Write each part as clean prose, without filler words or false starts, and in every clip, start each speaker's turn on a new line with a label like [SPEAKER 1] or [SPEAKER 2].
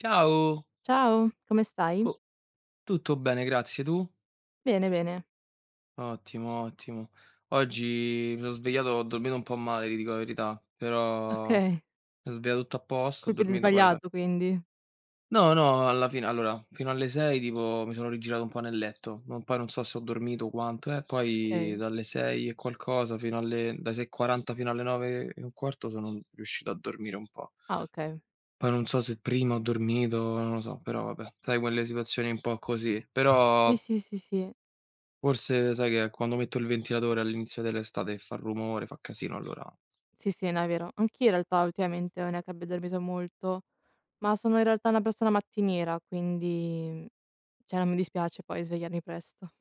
[SPEAKER 1] Ciao,
[SPEAKER 2] Ciao, come stai?
[SPEAKER 1] co tutto bene, grazie. Tu?
[SPEAKER 2] Bene, bene.
[SPEAKER 1] Ottimo, ottimo. Oggi mi sono svegliato, ho dormito un po' male, ti dico la verità, però mi
[SPEAKER 2] Okay.
[SPEAKER 1] sono svegliato tutto a posto, ho
[SPEAKER 2] Colpi di
[SPEAKER 1] dormito poi alla
[SPEAKER 2] sbagliato quindi.
[SPEAKER 1] no, no, alla fine allora, fino alle 6 tipo mi sono rigirato un po' nel letto, non poi non so se ho dormito quanto, poi
[SPEAKER 2] Okay.
[SPEAKER 1] dalle 6 e qualcosa fino alle dai 6:40 fino alle 9 e un quarto sono riuscito a dormire un po'.
[SPEAKER 2] Ah, okay.
[SPEAKER 1] Poi non so se prima ho dormito, non lo so, però vabbè, sai quelle situazioni un po' così. Però
[SPEAKER 2] Sì, sì, sì, sì.
[SPEAKER 1] Forse sai che è quando metto il ventilatore all'inizio dell'estate e fa rumore, fa casino allora
[SPEAKER 2] Sì, sì, no, è vero. Anch'io in realtà ultimamente non è che abbia dormito molto, ma sono in realtà una persona mattiniera, quindi cioè non mi dispiace poi svegliarmi presto.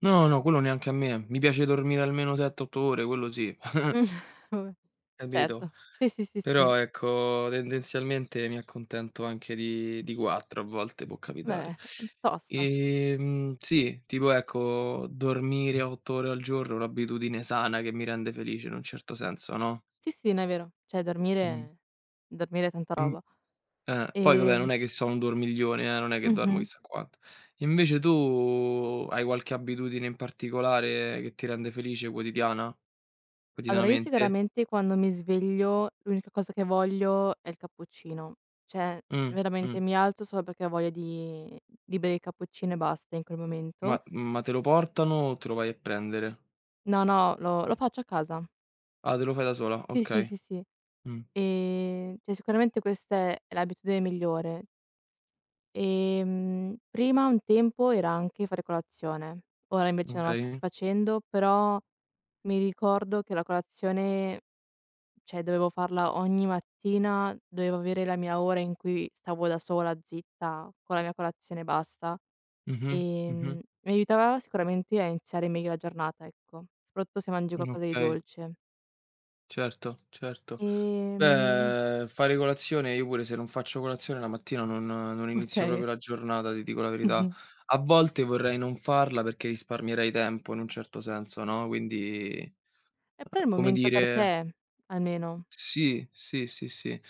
[SPEAKER 1] no, no, quello neanche a me. Mi piace dormire almeno 7, 8 ore, quello sì,
[SPEAKER 2] Mh. Vabbè,
[SPEAKER 1] capito?
[SPEAKER 2] certo. Sì, sì, sì, sì.
[SPEAKER 1] Però ecco, tendenzialmente mi accontento anche di 4 a volte, può capitare.
[SPEAKER 2] Beh, tosta.
[SPEAKER 1] Sì, tipo ecco, dormire 8 ore al giorno è un'abitudine sana che mi rende felice in un certo senso, no.
[SPEAKER 2] Sì, sì, no, è vero. Cioè
[SPEAKER 1] Mh.
[SPEAKER 2] dormire è tanta
[SPEAKER 1] In
[SPEAKER 2] roba.
[SPEAKER 1] Poi vabbè
[SPEAKER 2] Ehm
[SPEAKER 1] non è che sono un dormiglione, non è che dormo
[SPEAKER 2] Mh-mh.
[SPEAKER 1] chissà quanto. Invece tu hai qualche abitudine in particolare che ti rende felice quotidiana?
[SPEAKER 2] Allora, io
[SPEAKER 1] Quotidianamente?
[SPEAKER 2] sicuramente quando mi sveglio l'unica cosa che voglio è il cappuccino. Cioè,
[SPEAKER 1] Mh, mh.
[SPEAKER 2] veramente mi alzo solo perché ho voglia di bere il cappuccino e basta in quel
[SPEAKER 1] Ma
[SPEAKER 2] momento.
[SPEAKER 1] ma te lo portano o te lo vai a prendere?
[SPEAKER 2] No, no, lo faccio a casa.
[SPEAKER 1] Ah, te lo fai da sola,
[SPEAKER 2] Sì, sì,
[SPEAKER 1] okay.
[SPEAKER 2] sì, sì.
[SPEAKER 1] Mh,
[SPEAKER 2] Cioè sicuramente questa è l'abitudine migliore. Prima un tempo era anche fare colazione, ora invece non la sto più
[SPEAKER 1] okay.
[SPEAKER 2] facendo, però mi ricordo che la colazione. Cioè, dovevo farla ogni mattina, dovevo avere la mia ora in cui stavo da sola, zitta, con la mia colazione e basta.
[SPEAKER 1] Mh-mh, mh-mh.
[SPEAKER 2] Mi aiutava sicuramente a iniziare meglio la giornata, ecco, soprattutto se mangi qualcosa di
[SPEAKER 1] Okay,
[SPEAKER 2] dolce.
[SPEAKER 1] certo, certo.
[SPEAKER 2] Ehm
[SPEAKER 1] Beh, fare colazione io pure se non faccio colazione la mattina non inizio
[SPEAKER 2] okay.
[SPEAKER 1] proprio la giornata, ti dico la verità.
[SPEAKER 2] Mh-mh.
[SPEAKER 1] A volte vorrei non farla perché risparmierei tempo in un certo senso, no, quindi,
[SPEAKER 2] E però è il
[SPEAKER 1] come
[SPEAKER 2] momento per
[SPEAKER 1] dire,
[SPEAKER 2] te, almeno.
[SPEAKER 1] sì, sì, sì, sì.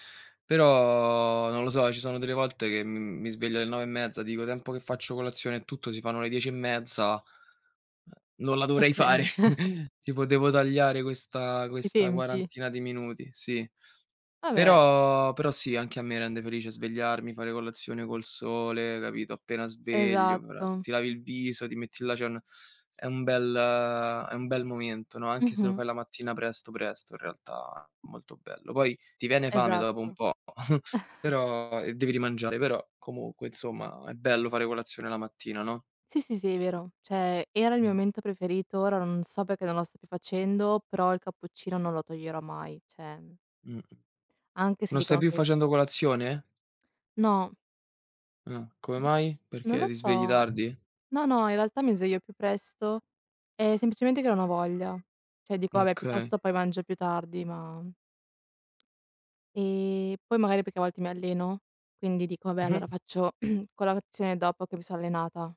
[SPEAKER 1] Però non lo so, ci sono delle volte che mi sveglio alle 9 e mezza, dico: "Tempo che faccio colazione e tutto, si fanno le 10 e mezza, non la dovrei fare."
[SPEAKER 2] Okay,
[SPEAKER 1] Tipo devo tagliare questa
[SPEAKER 2] i
[SPEAKER 1] questa
[SPEAKER 2] tempi.
[SPEAKER 1] quarantina di minuti, sì.
[SPEAKER 2] Vabbè,
[SPEAKER 1] Però sì, anche a me rende felice svegliarmi, fare colazione col sole, capito, appena sveglio, ora
[SPEAKER 2] esatto.
[SPEAKER 1] ti lavi il viso, ti metti là, c'è un è un bel momento, no, anche se lo
[SPEAKER 2] Mh-mh,
[SPEAKER 1] fai la mattina presto, presto, in realtà è molto bello. Poi ti viene fame dopo un
[SPEAKER 2] esatto.
[SPEAKER 1] po', però e devi rimangiare, però comunque insomma è bello fare colazione la mattina, no?
[SPEAKER 2] Sì, sì, sì, è vero. Cioè, era il mio
[SPEAKER 1] Mh.
[SPEAKER 2] momento preferito, ora non so perché non lo stia più facendo, però il cappuccino non lo toglierò mai. Cioè,
[SPEAKER 1] Mh-mh.
[SPEAKER 2] anche se
[SPEAKER 1] Non stai
[SPEAKER 2] dicono
[SPEAKER 1] più
[SPEAKER 2] che
[SPEAKER 1] facendo colazione?
[SPEAKER 2] no,
[SPEAKER 1] Ah, come mai?
[SPEAKER 2] non
[SPEAKER 1] Perché
[SPEAKER 2] lo
[SPEAKER 1] ti svegli
[SPEAKER 2] so.
[SPEAKER 1] tardi?
[SPEAKER 2] No, no, in realtà mi sveglio più presto, è semplicemente che non ho voglia. Cioè dico: "Vabbè,
[SPEAKER 1] Okay.
[SPEAKER 2] piuttosto poi mangio più tardi", ma poi magari perché a volte mi alleno, quindi dico: "Vabbè, allora
[SPEAKER 1] Mh-mh.
[SPEAKER 2] faccio colazione dopo che mi sono allenata,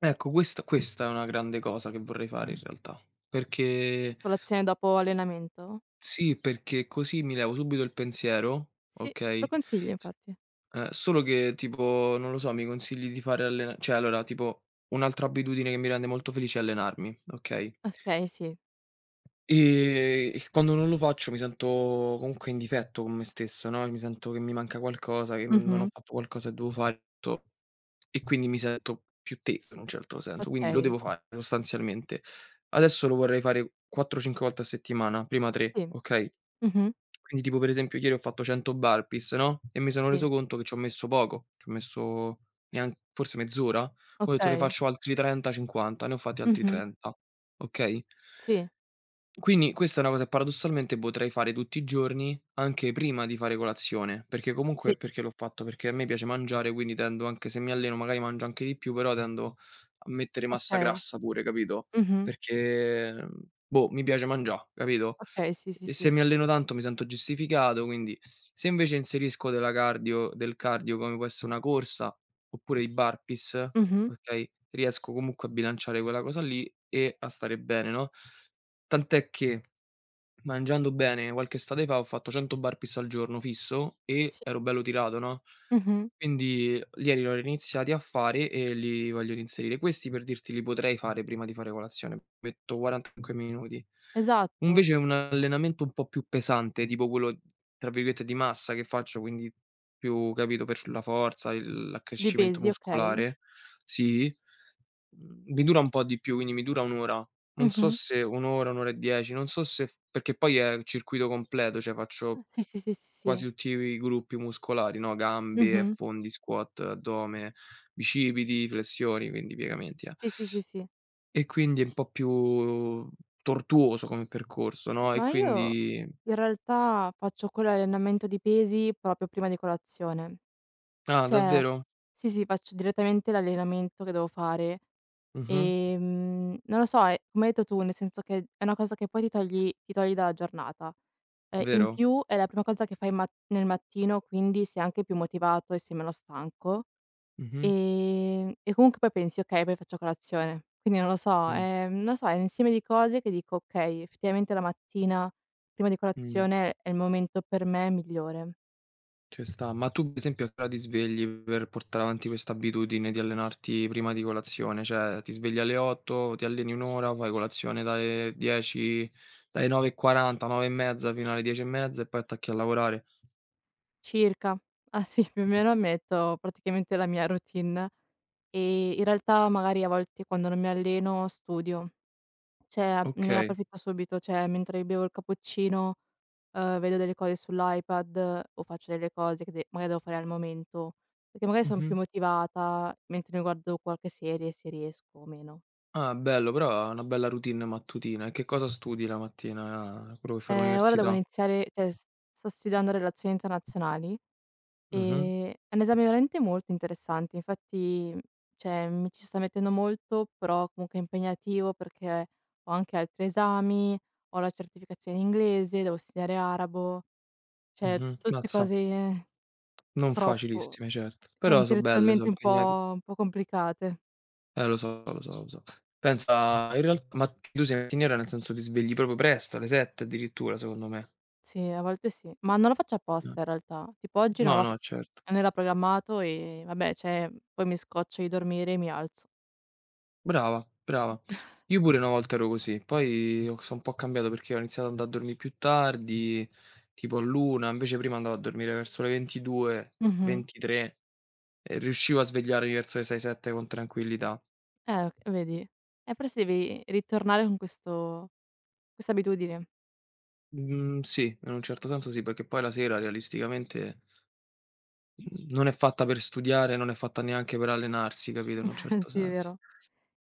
[SPEAKER 1] Ecco, questa è una grande cosa che vorrei fare in realtà, perché
[SPEAKER 2] colazione dopo allenamento?"
[SPEAKER 1] sì, perché così mi levo subito il pensiero,
[SPEAKER 2] Sì, lo
[SPEAKER 1] okay,
[SPEAKER 2] consiglio infatti.
[SPEAKER 1] solo che tipo, non lo so, mi consigli di fare allena cioè allora tipo un'altra abitudine che mi rende molto felice è allenarmi, okay?
[SPEAKER 2] Okay, sì.
[SPEAKER 1] E quando non lo faccio mi sento comunque in difetto con me stesso, no, mi sento che mi manca qualcosa, che non ho
[SPEAKER 2] Mh-mh.
[SPEAKER 1] fatto qualcosa che devo fare to e quindi mi sento più teso in un certo senso, quindi lo
[SPEAKER 2] Okay,
[SPEAKER 1] devo fare sostanzialmente. Adesso lo vorrei fare 4, 5 volte a settimana, prima 3,
[SPEAKER 2] sì.
[SPEAKER 1] okay,
[SPEAKER 2] Mh-mh.
[SPEAKER 1] quindi tipo per esempio ieri ho fatto 100 burpees, no, e mi sono
[SPEAKER 2] Sì,
[SPEAKER 1] reso conto che ci ho messo poco, ci ho messo nean forse mezz'ora, ho detto: "Ne
[SPEAKER 2] okay.
[SPEAKER 1] faccio altri 30, 50", ne ho fatti altri
[SPEAKER 2] Mh-mh.
[SPEAKER 1] 30, okay?
[SPEAKER 2] Sì,
[SPEAKER 1] Quindi questa è una cosa che paradossalmente potrei fare tutti i giorni, anche prima di fare colazione, perché
[SPEAKER 2] sì,
[SPEAKER 1] comunque perché l'ho fatto? Perché a me piace mangiare, quindi tendo anche se mi alleno magari mangio anche di più, però tendo a mettere massa
[SPEAKER 2] okay.
[SPEAKER 1] grassa pure, capito?
[SPEAKER 2] Mh-mh.
[SPEAKER 1] Perché, boh, mi piace mangià, capito?
[SPEAKER 2] Okay, sì, sì,
[SPEAKER 1] E se
[SPEAKER 2] sì.
[SPEAKER 1] mi alleno tanto mi sento giustificato, quindi se invece inserisco del cardio come può essere una corsa, oppure i burpees,
[SPEAKER 2] Mh-mh.
[SPEAKER 1] okay, riesco comunque a bilanciare quella cosa lì e a stare bene, no? Tant'è che, mangiando bene, qualche estate fa ho fatto 100 burpees al giorno fisso e
[SPEAKER 2] Sì.
[SPEAKER 1] ero bello tirato, no,
[SPEAKER 2] Mh-mh.
[SPEAKER 1] quindi ieri l'ho riniziati a fare e li voglio reinserire. Questi per dirti li potrei fare prima di fare colazione, metto 45 minuti.
[SPEAKER 2] Esatto.
[SPEAKER 1] Invece un allenamento un po' più pesante, tipo quello, tra virgolette, "di massa" che faccio, quindi più capito, per la forza, il
[SPEAKER 2] Li
[SPEAKER 1] l'accrescimento
[SPEAKER 2] pesi, okay.
[SPEAKER 1] muscolare, sì. Mi dura un po' di più, quindi mi dura 1 ora. Non so
[SPEAKER 2] Mh-mh.
[SPEAKER 1] se 1 ora, 1 ora e 10, non so se f perché poi è circuito completo, cioè faccio
[SPEAKER 2] Sì, sì, sì, sì, sì.
[SPEAKER 1] quasi tutti i gruppi muscolari, no, gambe,
[SPEAKER 2] Mh-mh.
[SPEAKER 1] affondi, squat, addome, bicipiti, flessioni, quindi piegamenti, eh.
[SPEAKER 2] Sì, sì, sì, sì.
[SPEAKER 1] E quindi è un po' più tortuoso come percorso, no,
[SPEAKER 2] Ma io in realtà faccio quell'allenamento di pesi proprio prima di colazione.
[SPEAKER 1] ah,
[SPEAKER 2] Cioè
[SPEAKER 1] davvero?
[SPEAKER 2] sì, sì, faccio direttamente l'allenamento che devo fare.
[SPEAKER 1] Mh-mh.
[SPEAKER 2] Non lo so, è come hai detto tu, nel senso che è una cosa che poi ti togli dalla giornata. In
[SPEAKER 1] Vero.
[SPEAKER 2] più è la prima cosa che fai ma nel mattino, quindi sei anche più motivato e sei meno stanco.
[SPEAKER 1] Mh-mh.
[SPEAKER 2] E comunque poi pensi: "Okay, poi faccio colazione." Quindi non lo so,
[SPEAKER 1] Mh.
[SPEAKER 2] non lo so, è un insieme di cose che dico: "Okay, effettivamente la mattina prima di
[SPEAKER 1] Mh.
[SPEAKER 2] colazione è il momento per me migliore."
[SPEAKER 1] Ci sta. Ma tu, per esempio, a che ora ti svegli per portare avanti questa abitudine di allenarti prima di colazione? Cioè, ti svegli alle 8, ti alleni 1 ora, fai colazione dalle 9:40, 9:30 fino alle 10:30 e mezza e poi attacchi a lavorare.
[SPEAKER 2] Circa. Ah sì, più o
[SPEAKER 1] Mh.
[SPEAKER 2] meno metto praticamente la mia routine. In realtà magari a volte quando non mi alleno studio, cioè a ne
[SPEAKER 1] Okay.
[SPEAKER 2] approfitto subito, cioè mentre bevo il cappuccino, vedo delle cose sull'iPad o faccio delle cose che de magari devo fare al momento, perché magari son più
[SPEAKER 1] Mh-mh.
[SPEAKER 2] motivata mentre mi guardo qualche serie, se riesco o meno.
[SPEAKER 1] Ah, bello, però è una bella routine mattutina. E che cosa studi la mattina? Ah, quello che fai
[SPEAKER 2] Ora devo
[SPEAKER 1] all'università?
[SPEAKER 2] iniziare cioè s sto studiando relazioni internazionali.
[SPEAKER 1] Mh-mh.
[SPEAKER 2] È un esame veramente molto interessante, infatti, cioè, mi ci sto mettendo molto, però comunque è impegnativo perché ho anche altri esami, ho la certificazione in inglese, devo studiare arabo, cioè
[SPEAKER 1] Mh-mh.
[SPEAKER 2] tutte
[SPEAKER 1] Mazza,
[SPEAKER 2] cose
[SPEAKER 1] non
[SPEAKER 2] troppo
[SPEAKER 1] facilissime, certo, però so' belle, so'
[SPEAKER 2] intellettualmente un
[SPEAKER 1] impegnati.
[SPEAKER 2] po' un po' complicate.
[SPEAKER 1] Lo so, lo so, lo so. Pensa in real Ma tu sei mattiniera nel senso ti svegli proprio presto, alle 7 addirittura secondo me.
[SPEAKER 2] Sì, a volte sì, ma non lo faccio
[SPEAKER 1] Mh.
[SPEAKER 2] apposta in realtà. Tipo oggi non
[SPEAKER 1] No,
[SPEAKER 2] l'ho f
[SPEAKER 1] no, certo.
[SPEAKER 2] non era programmato e vabbè, cioè, poi mi scoccio di dormire e mi alzo.
[SPEAKER 1] Brava, brava. Io pure una volta ero così, poi ho so' un po' cambiato perché ho iniziato ad andà a dormì più tardi, tipo all'1, invece prima andavo a dormire verso le 22,
[SPEAKER 2] Mh-mh.
[SPEAKER 1] 23 e riuscivo a svegliarmi verso le 6, 7 con tranquillità.
[SPEAKER 2] O vedi? Però sì devi ritornare con questo questa abitudine.
[SPEAKER 1] Mhmm, sì, in un certo senso sì, perché poi la sera realisticamente Mhmm, non è fatta per studiare, non è fatta neanche per allenarsi, capito, in un certo
[SPEAKER 2] Sì, è
[SPEAKER 1] senso.
[SPEAKER 2] vero.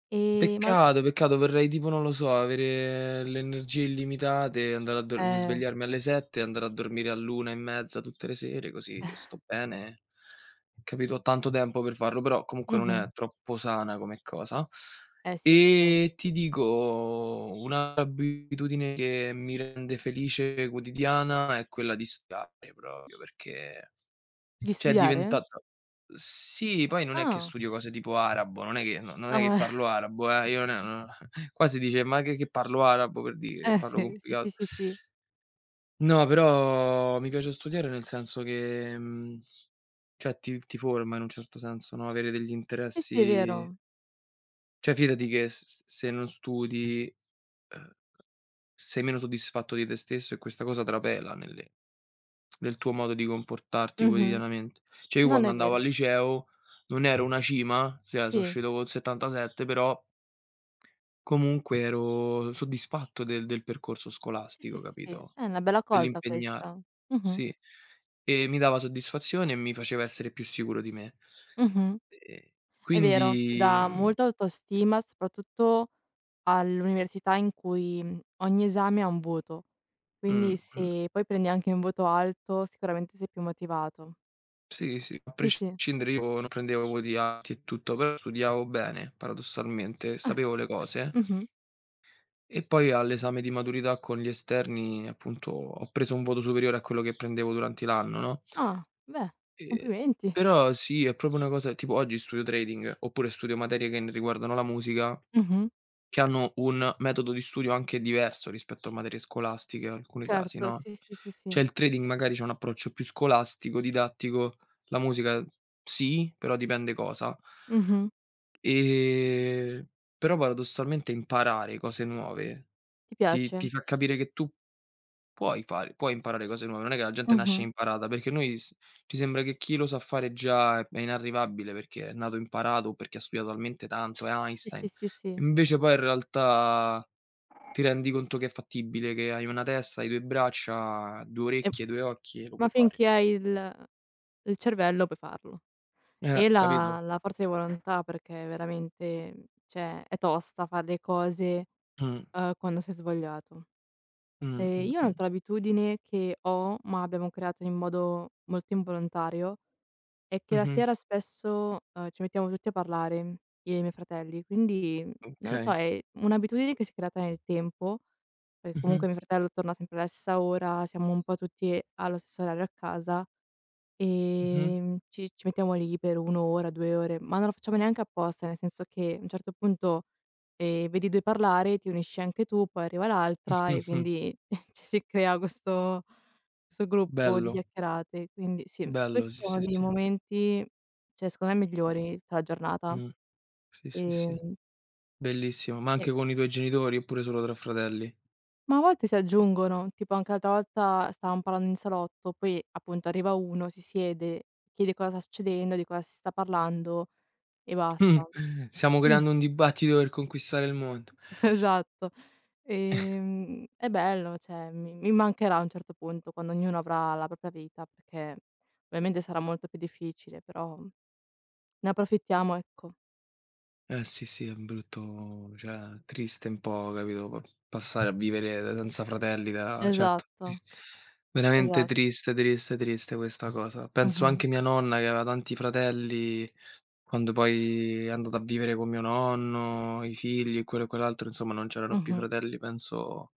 [SPEAKER 2] E ma
[SPEAKER 1] Peccato, peccato, vorrei tipo, non lo so, avere le energie illimitate, andare a dor
[SPEAKER 2] eh.
[SPEAKER 1] svegliarmi alle 7 e andare a dormire all'1 e mezza tutte le sere, così sto bene. Capito, ho tanto tempo per farlo, però comunque non è
[SPEAKER 2] Mh-mh.
[SPEAKER 1] troppo sana come cosa.
[SPEAKER 2] Eh sì, effettivamente
[SPEAKER 1] E
[SPEAKER 2] sì.
[SPEAKER 1] ti dico, un'altra abitudine che mi rende felice quotidiana è quella di studiare proprio, perché
[SPEAKER 2] Di
[SPEAKER 1] cioè è
[SPEAKER 2] studiare?
[SPEAKER 1] diventata sì, poi non è che
[SPEAKER 2] Ah.
[SPEAKER 1] studio cose tipo arabo, non è che no non
[SPEAKER 2] Ah,
[SPEAKER 1] è che
[SPEAKER 2] va
[SPEAKER 1] parlo arabo, io non è no, qua si dice: "Ma che parlo arabo?" Per dire,
[SPEAKER 2] eh
[SPEAKER 1] parlo
[SPEAKER 2] sì, sì, sì,
[SPEAKER 1] complicato.
[SPEAKER 2] sì, sì.
[SPEAKER 1] No, però mi piace studiare nel senso che, cioè ti forma in un certo senso, no, avere degli
[SPEAKER 2] Sì, sì, è
[SPEAKER 1] interessi
[SPEAKER 2] vero.
[SPEAKER 1] cioè fidati che s s se non studi, ehm, sei meno soddisfatto di te stesso e questa cosa trapela nelle del tuo modo di comportarti
[SPEAKER 2] Mh-mh.
[SPEAKER 1] quotidianamente. Cioè io
[SPEAKER 2] Non
[SPEAKER 1] quando
[SPEAKER 2] è
[SPEAKER 1] andavo al
[SPEAKER 2] vero.
[SPEAKER 1] liceo non ero una cima, cioè so'
[SPEAKER 2] Sì.
[SPEAKER 1] uscito con 77, però comunque ero soddisfatto del percorso
[SPEAKER 2] Sì, sì,
[SPEAKER 1] scolastico,
[SPEAKER 2] sì, sì.
[SPEAKER 1] capito,
[SPEAKER 2] È una bella cosa
[SPEAKER 1] dell'impegnar
[SPEAKER 2] questa. Mh-mh.
[SPEAKER 1] sì, e mi dava soddisfazione e mi faceva essere più sicuro di me.
[SPEAKER 2] Mh-mh.
[SPEAKER 1] Ehm,
[SPEAKER 2] È vero, ti
[SPEAKER 1] quindi
[SPEAKER 2] dà
[SPEAKER 1] mhmm,
[SPEAKER 2] molta autostima, soprattutto all'università in cui, ogni esame ha un voto, quindi
[SPEAKER 1] mh-mh,
[SPEAKER 2] se poi prendi anche un voto alto sicuramente sei più motivato.
[SPEAKER 1] sì, sì, a
[SPEAKER 2] Sì, sì.
[SPEAKER 1] prescindere io non prendevo voti alti e tutto, però studiavo bene paradossalmente,
[SPEAKER 2] Ah,
[SPEAKER 1] sapevo le cose.
[SPEAKER 2] mh-mh.
[SPEAKER 1] E poi all'esame di maturità con gli esterni, appunto, ho preso un voto superiore a quello che prendevo durante l'anno, no,
[SPEAKER 2] Ah, beh,
[SPEAKER 1] ehm,
[SPEAKER 2] complimenti.
[SPEAKER 1] però sì, è proprio una cosa tipo oggi studio trading, oppure studio materie che n riguardano la musica,
[SPEAKER 2] Mh-mh.
[SPEAKER 1] che hanno un metodo di studio anche diverso rispetto a materie scolastiche in alcuni casi,
[SPEAKER 2] Certo,
[SPEAKER 1] no,
[SPEAKER 2] sì, sì, sì,
[SPEAKER 1] cioè
[SPEAKER 2] sì.
[SPEAKER 1] il trading magari c'ha un approccio più scolastico, didattico, la musica sì, però dipende cosa.
[SPEAKER 2] Mh-mh.
[SPEAKER 1] Ehm, Però paradossalmente imparare cose nuove
[SPEAKER 2] Ti
[SPEAKER 1] ti
[SPEAKER 2] piace?
[SPEAKER 1] ti fa capire che tu puoi imparare cose nuove, non è che la gente nasce
[SPEAKER 2] Mh-mh.
[SPEAKER 1] imparata, perché noi s ci sembra che chi lo sa fare già è inarrivabile perché è nato imparato o perché ha studiato talmente tanto, è
[SPEAKER 2] Sì,
[SPEAKER 1] Einstein.
[SPEAKER 2] sì, sì, sì.
[SPEAKER 1] Invece poi in realtà ti rendi conto che è fattibile, che hai una testa, hai 2 braccia, 2
[SPEAKER 2] E
[SPEAKER 1] orecchie, 2 occhi e lo
[SPEAKER 2] ma
[SPEAKER 1] puoi fare.
[SPEAKER 2] finché hai il cervello puoi farlo e
[SPEAKER 1] Capito?
[SPEAKER 2] la forza di volontà perché veramente, cioè, è tosta far le cose,
[SPEAKER 1] Mh.
[SPEAKER 2] quando sei svogliato.
[SPEAKER 1] Mh, mh,
[SPEAKER 2] Io
[SPEAKER 1] mh.
[SPEAKER 2] un'altra abitudine che ho, ma abbiamo creato in modo molto involontario, è che la
[SPEAKER 1] Mh-mh.
[SPEAKER 2] sera spesso, ci mettiamo tutti a parlare, io e i miei fratelli. Quindi, non lo so,
[SPEAKER 1] Okay.
[SPEAKER 2] è un'abitudine che si è creata nel tempo, perché
[SPEAKER 1] Mh-mh.
[SPEAKER 2] comunque mio fratello torna sempre alla stessa ora, siamo un po' tutti allo stesso orario a casa,
[SPEAKER 1] Mh-mh. Mh-mh.
[SPEAKER 2] ci mettiamo lì per 1 ora, 2 ore, ma non lo facciamo neanche apposta, nel senso che a un certo punto vedi 2 parlare, ti unisci anche tu, poi arriva l'altra e quindi cioè si crea questo gruppo di
[SPEAKER 1] Bello,
[SPEAKER 2] chiacchierate. Quindi sì,
[SPEAKER 1] bello,
[SPEAKER 2] questo
[SPEAKER 1] sì,
[SPEAKER 2] è
[SPEAKER 1] sì,
[SPEAKER 2] uno dei
[SPEAKER 1] sì.
[SPEAKER 2] momenti, cioè secondo me migliori di tutta la giornata.
[SPEAKER 1] Mh. Sì, sì, sì.
[SPEAKER 2] Ehm,
[SPEAKER 1] Bellissimo, ma
[SPEAKER 2] sì,
[SPEAKER 1] anche con i tuoi genitori oppure solo tra fratelli?
[SPEAKER 2] ma a volte si aggiungono, tipo anche l'altra volta stavamo parlando in salotto, poi appunto arriva uno, si siede, chiede cosa sta succedendo, di cosa si sta parlando e basta.
[SPEAKER 1] Stiamo
[SPEAKER 2] Quin
[SPEAKER 1] creando un dibattito per conquistare il mondo.
[SPEAKER 2] Esatto. È bello, cioè mi mancherà a un certo punto quando ognuno avrà la propria vita, perché ovviamente sarà molto più difficile, però ne approfittiamo, ecco.
[SPEAKER 1] Eh sì, sì, è brutto, cioè triste un po', capito, pa passare a vivere da senza fratelli da certo,
[SPEAKER 2] Esatto,
[SPEAKER 1] tris veramente
[SPEAKER 2] esatto.
[SPEAKER 1] triste, triste, triste questa cosa. Penso
[SPEAKER 2] Mh-mh,
[SPEAKER 1] anche mia nonna che aveva tanti fratelli, quando poi è andata a vivere con mio nonno, i figli e quello e quell'altro, insomma non c'erano più
[SPEAKER 2] mh-mh,
[SPEAKER 1] fratelli, penso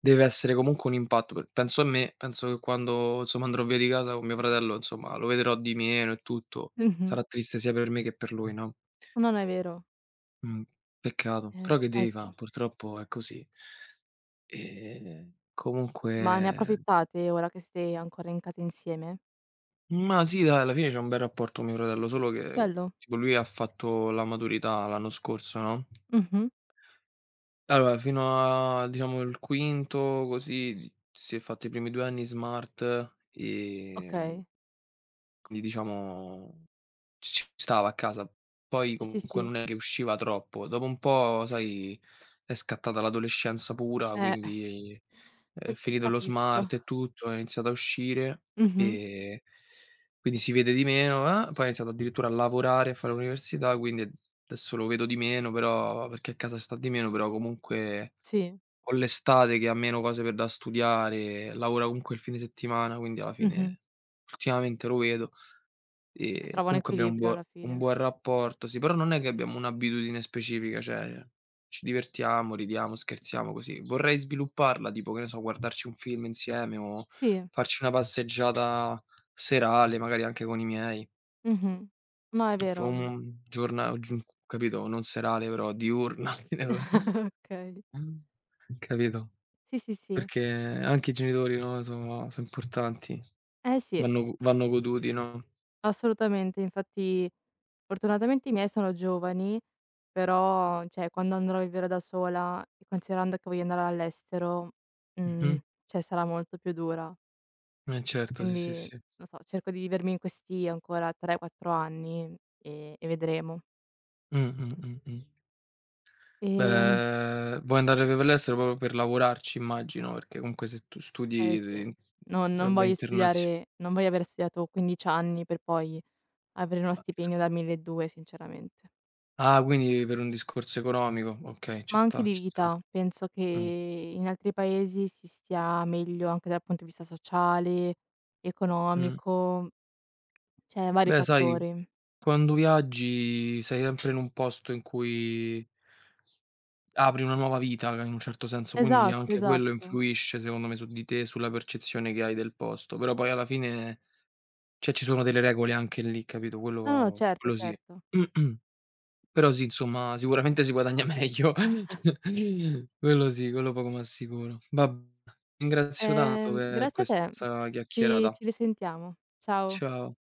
[SPEAKER 1] deve essere comunque un impatto, pe penso a me, penso che quando, insomma, andrò via di casa con mio fratello, insomma, lo vedrò di meno e tutto,
[SPEAKER 2] mh-mh.
[SPEAKER 1] sarà triste sia per me che per lui, no,
[SPEAKER 2] No, no, è vero.
[SPEAKER 1] mh, peccato, però che
[SPEAKER 2] Eh
[SPEAKER 1] devi fa',
[SPEAKER 2] sì.
[SPEAKER 1] purtroppo è così.
[SPEAKER 2] Ma ne
[SPEAKER 1] Comunque
[SPEAKER 2] approfittate ora che siete ancora in casa insieme?
[SPEAKER 1] ma sì dai, alla fine c'ho un bel rapporto con mio fratello, solo che
[SPEAKER 2] Bello.
[SPEAKER 1] tipo lui ha fatto la maturità l'anno scorso, no,
[SPEAKER 2] Mh-mh.
[SPEAKER 1] allora fino a diciamo il quinto così si è fatto i primi 2 anni smart,
[SPEAKER 2] Okay.
[SPEAKER 1] quindi diciamo ci stava a casa. Poi
[SPEAKER 2] Sì, sì,
[SPEAKER 1] comunque
[SPEAKER 2] sì.
[SPEAKER 1] non è che usciva troppo. Dopo un po', sai, è scattata l'adolescenza pura,
[SPEAKER 2] Eh,
[SPEAKER 1] quindi è
[SPEAKER 2] c
[SPEAKER 1] finito lo
[SPEAKER 2] capisco.
[SPEAKER 1] smart e tutto, ho iniziato a uscire
[SPEAKER 2] Mh-mh.
[SPEAKER 1] e quindi si vede di meno, poi ho iniziato addirittura a lavorare, a fare l'università, quindi adesso lo vedo di meno, però perché a casa sta di meno, però comunque
[SPEAKER 2] Sì.
[SPEAKER 1] ho l'estate che ha meno cose per da studiare, lavora comunque il fine settimana, quindi alla
[SPEAKER 2] Mh-mh.
[SPEAKER 1] fine ultimamente lo vedo.
[SPEAKER 2] Si trova un
[SPEAKER 1] Comunque abbiamo un
[SPEAKER 2] equilibrio alla
[SPEAKER 1] buo un
[SPEAKER 2] fine.
[SPEAKER 1] buon rapporto, sì, però non è che abbiamo un'abitudine specifica, cioè ci divertiamo, ridiamo, scherziamo così. Vorrei svilupparla, tipo, che ne so, guardarci un film insieme o
[SPEAKER 2] Sì.
[SPEAKER 1] farci una passeggiata serale, magari anche con i miei,
[SPEAKER 2] Mh-mh. No, è
[SPEAKER 1] o f
[SPEAKER 2] vero.
[SPEAKER 1] un
[SPEAKER 2] Mh.
[SPEAKER 1] giorna giun capito, non serale però diurna,
[SPEAKER 2] Okay.
[SPEAKER 1] capito?
[SPEAKER 2] Sì, sì, sì.
[SPEAKER 1] Perché anche i genitori, no, sono so' importanti,
[SPEAKER 2] Eh sì,
[SPEAKER 1] vanno goduti, no?
[SPEAKER 2] assolutamente. Infatti fortunatamente i miei sono giovani, però cioè quando andrò a vivere da sola e considerando che voglio andare all'estero, mhmm,
[SPEAKER 1] Mh-mh.
[SPEAKER 2] cioè sarà molto più dura.
[SPEAKER 1] Eh certo, sì, sì,
[SPEAKER 2] Quindi
[SPEAKER 1] sì.
[SPEAKER 2] non so, cerco di vivermi in questi ancora 3, 4 anni e vedremo.
[SPEAKER 1] Mh, mh, mh, mh.
[SPEAKER 2] Ehm
[SPEAKER 1] Beh, vuoi andare per l'estero proprio per lavorarci immagino, perché comunque se tu
[SPEAKER 2] eh
[SPEAKER 1] studi
[SPEAKER 2] sì,
[SPEAKER 1] de
[SPEAKER 2] non
[SPEAKER 1] roba
[SPEAKER 2] voglio
[SPEAKER 1] internazio
[SPEAKER 2] studiare, non voglio aver studiato 15 anni per poi avere uno
[SPEAKER 1] mazz
[SPEAKER 2] stipendio da 1.200 sinceramente.
[SPEAKER 1] ah, quindi per un discorso economico. Okay, ci
[SPEAKER 2] Ma anche
[SPEAKER 1] sta,
[SPEAKER 2] di
[SPEAKER 1] ci sta.
[SPEAKER 2] vita, penso che
[SPEAKER 1] Mh,
[SPEAKER 2] in altri paesi si stia meglio anche dal punto di vista sociale,
[SPEAKER 1] mh.
[SPEAKER 2] economico, cioè vari
[SPEAKER 1] Beh, sai,
[SPEAKER 2] fattori.
[SPEAKER 1] quando viaggi sei sempre in un posto in cui apri una nuova vita in un certo senso, quindi
[SPEAKER 2] Esatto,
[SPEAKER 1] anche quello
[SPEAKER 2] esatto.
[SPEAKER 1] influisce secondo me su di te, sulla percezione che hai del posto, però poi alla fine cioè ci sono delle regole anche lì, capito,
[SPEAKER 2] No, no,
[SPEAKER 1] quello
[SPEAKER 2] certo,
[SPEAKER 1] quello sì.
[SPEAKER 2] certo.
[SPEAKER 1] Però sì, insomma, sicuramente si guadagna meglio. Quello sì, quello poco ma sicuro. Va Ringrazio tanto per
[SPEAKER 2] Grazie a te.
[SPEAKER 1] questa
[SPEAKER 2] Ci
[SPEAKER 1] chiacchierata.
[SPEAKER 2] ci risentiamo. Ciao.
[SPEAKER 1] Ciao.